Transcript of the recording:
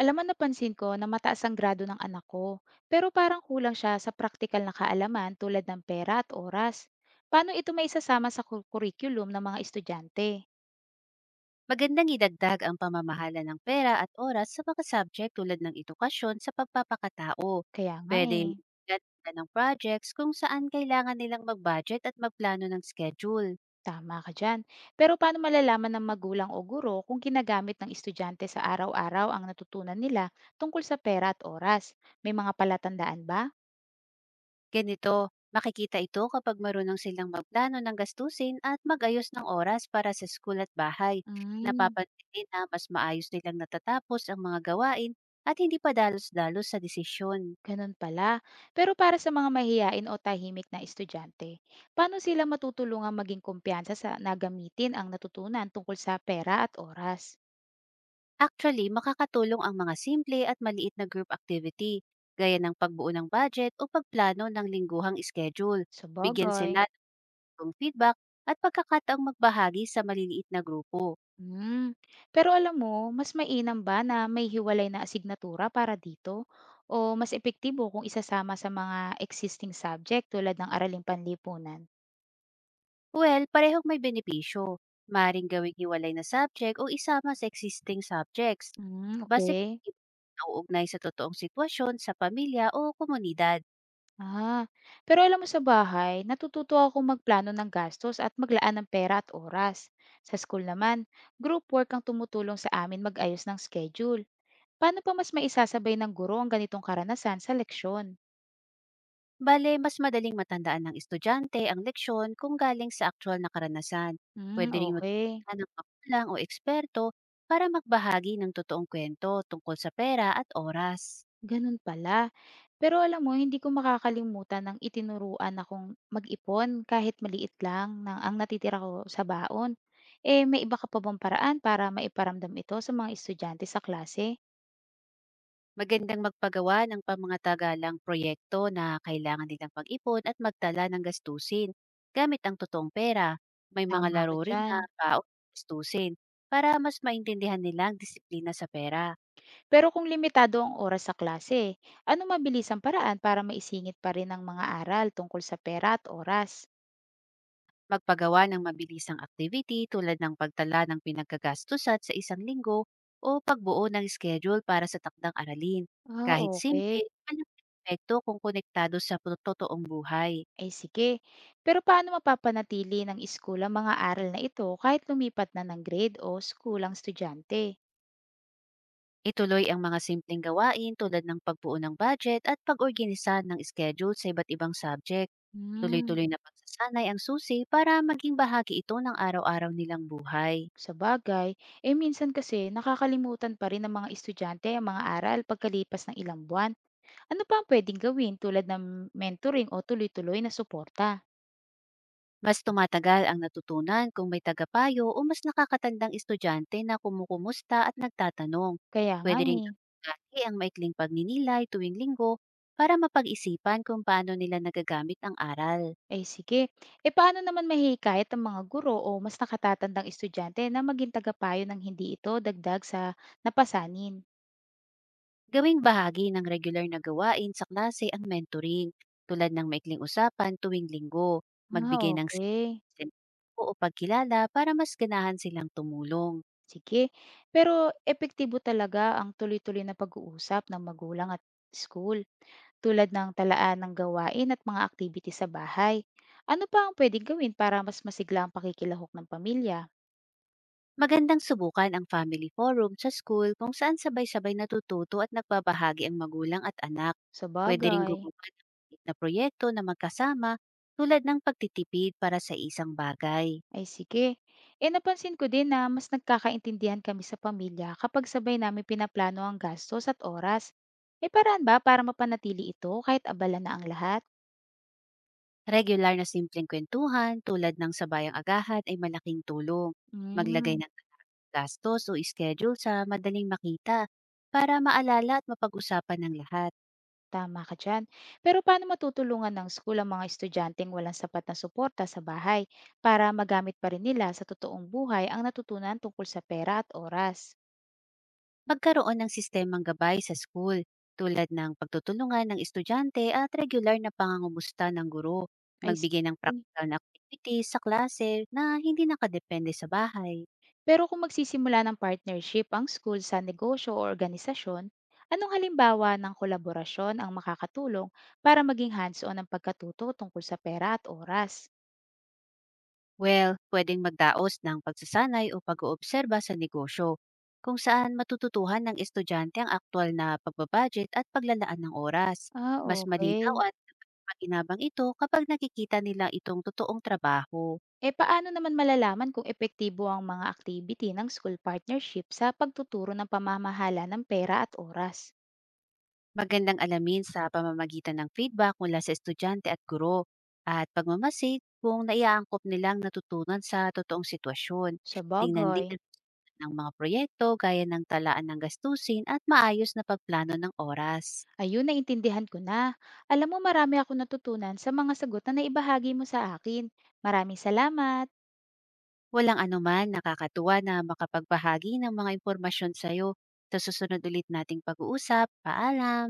Alam mo, napansin ko na mataas ang grado ng anak ko, pero parang kulang siya sa praktikal na kaalaman tulad ng pera at oras. Paano ito maisasama sa curriculum ng mga estudyante? Magandang idagdag ang pamamahala ng pera at oras sa mga subject tulad ng edukasyon sa pagpapakatao. Kaya nga Pwede eh, bigyan sila ng projects kung saan kailangan nilang mag-budget at magplano ng schedule. tama ka dyan. Pero paano malalaman ng magulang o guro kung ginagamit ng estudyante sa araw-araw ang natutunan nila tungkol sa pera at oras? May mga palatandaan ba? Ganito, makikita ito kapag marunong silang magplano ng gastusin at mag-ayos ng oras para sa school at bahay. Mm. Napapansin din na mas maayos nilang natatapos ang mga gawain at hindi pa dalos-dalos sa desisyon. Ganun pala. Pero para sa mga mahiyain o tahimik na estudyante, paano sila matutulungan maging kumpiyansa sa nagamitin ang natutunan tungkol sa pera at oras? Actually, makakatulong ang mga simple at maliit na group activity, gaya ng pagbuo ng budget o pagplano ng lingguhang schedule. Bigyan Sabagay. sila ng feedback at pagkakataong magbahagi sa maliliit na grupo. Hmm. Pero alam mo, mas mainam ba na may hiwalay na asignatura para dito? O mas epektibo kung isasama sa mga existing subject tulad ng araling panlipunan? Well, parehong may benepisyo. Maring gawing hiwalay na subject o isama sa existing subjects. Hmm, Base pa okay. nauugnay sa totoong sitwasyon sa pamilya o komunidad. Ah, pero alam mo sa bahay, natututo ako magplano ng gastos at maglaan ng pera at oras. Sa school naman, group work ang tumutulong sa amin mag-ayos ng schedule. Paano pa mas maisasabay ng guro ang ganitong karanasan sa leksyon? Bale, mas madaling matandaan ng estudyante ang leksyon kung galing sa aktwal na karanasan. Hmm, Pwede rin okay. magpita ng magulang o eksperto para magbahagi ng totoong kwento tungkol sa pera at oras. Ganun pala. Pero alam mo, hindi ko makakalimutan ng itinuruan akong mag-ipon kahit maliit lang ng ang natitira ko sa baon. Eh, may iba ka pa bang paraan para maiparamdam ito sa mga estudyante sa klase? Magandang magpagawa ng pamangatagalang proyekto na kailangan nilang pag-ipon at magtala ng gastusin gamit ang totoong pera. May mga Tama laro ka rin dyan. na paot gastusin para mas maintindihan nila ang disiplina sa pera. Pero kung limitado ang oras sa klase, ano mabilis ang paraan para maisingit pa rin ang mga aral tungkol sa pera at oras? Magpagawa ng mabilisang activity tulad ng pagtala ng pinagkagastusan sa isang linggo o pagbuo ng schedule para sa takdang aralin. Ah, Kahit okay. simple, malaking epekto kung konektado sa totoong buhay. Ay sige. Pero paano mapapanatili ng school ang mga aral na ito kahit lumipat na ng grade o school ang estudyante? Ituloy ang mga simpleng gawain tulad ng pagbuo ng budget at pag-organisa ng schedule sa iba't ibang subject. Hmm, Tuloy-tuloy na pagsasanay ang susi para maging bahagi ito ng araw-araw nilang buhay. sa bagay, eh minsan kasi nakakalimutan pa rin ng mga estudyante ang mga aral pagkalipas ng ilang buwan. Ano pa ang pwedeng gawin tulad ng mentoring o tuloy-tuloy na suporta? Mas tumatagal ang natutunan kung may tagapayo o mas nakakatandang estudyante na kumukumusta at nagtatanong. Kaya nga Pwede ring eh. dati ang maikling pagninilay tuwing linggo para mapag-isipan kung paano nila nagagamit ang aral. Eh, sige. Eh paano naman mahihikayat ang mga guro o mas nakatatandang estudyante na maging tagapayo ng hindi ito dagdag sa napasanin? Gawing bahagi ng regular na gawain sa klase ang mentoring, tulad ng maikling usapan tuwing linggo, magbigay Ah, ng okay. sen- o pagkilala para mas ganahan silang tumulong. Sige. Pero epektibo talaga ang tuloy-tuloy na pag-uusap ng magulang at school tulad ng talaan ng gawain at mga activity sa bahay. Ano pa ang pwedeng gawin para mas masigla ang pakikilahok ng pamilya? Magandang subukan ang family forum sa school kung saan sabay-sabay natututo at nagbabahagi ang magulang at anak. Sa Pwede rin bagay? gumawa ng maliit na proyekto na magkasama tulad ng pagtitipid para sa isang bagay. Ay sige. Eh napansin ko din na mas nagkakaintindihan kami sa pamilya kapag sabay namin pinaplano ang gastos at oras. May paraan ba para mapanatili ito kahit abala na ang lahat? Regular na simpleng kwentuhan tulad ng sabayang agahan ay malaking tulong. Maglagay Hmm, ng gastos o schedule sa madaling makita para maalala at mapag-usapan ng lahat. tama ka dyan. Pero paano matutulungan ng school ang mga estudyanteng walang sapat na suporta sa bahay para magamit pa rin nila sa totoong buhay ang natutunan tungkol sa pera at oras? Magkaroon ng sistemang gabay sa school tulad ng pagtutulungan ng estudyante at regular na pangangumusta ng guro. Ay Magbigay ng sige. practical na activities sa klase na hindi nakadepende sa bahay. Pero kung magsisimula ng partnership ang school sa negosyo o organisasyon, anong halimbawa ng kolaborasyon ang makakatulong para maging hands-on ang pagkatuto tungkol sa pera at oras? Well, pwedeng magdaos ng pagsasanay o pag-oobserba sa negosyo kung saan matututuhan ng estudyante ang aktwal na pagbabudget at paglalaan ng oras. Ah, Mas okay. malinaw at makinabang ito kapag nakikita nila itong totoong trabaho. Eh paano naman malalaman kung epektibo ang mga activity ng school partnership sa pagtuturo ng pamamahala ng pera at oras? Magandang alamin sa pamamagitan ng feedback mula sa estudyante at guro at pagmamasid kung naiaangkop nilang natutunan sa totoong sitwasyon. Sa Tingnan din bagay. ang ng mga proyekto gaya ng talaan ng gastusin at maayos na pagplano ng oras. Ayun, naintindihan ko na. Alam mo, marami ako natutunan sa mga sagot na naibahagi mo sa akin. Maraming salamat. Walang anuman, nakakatuwa na makapagbahagi ng mga impormasyon sa iyo. Sa susunod ulit nating pag-uusap, paalam!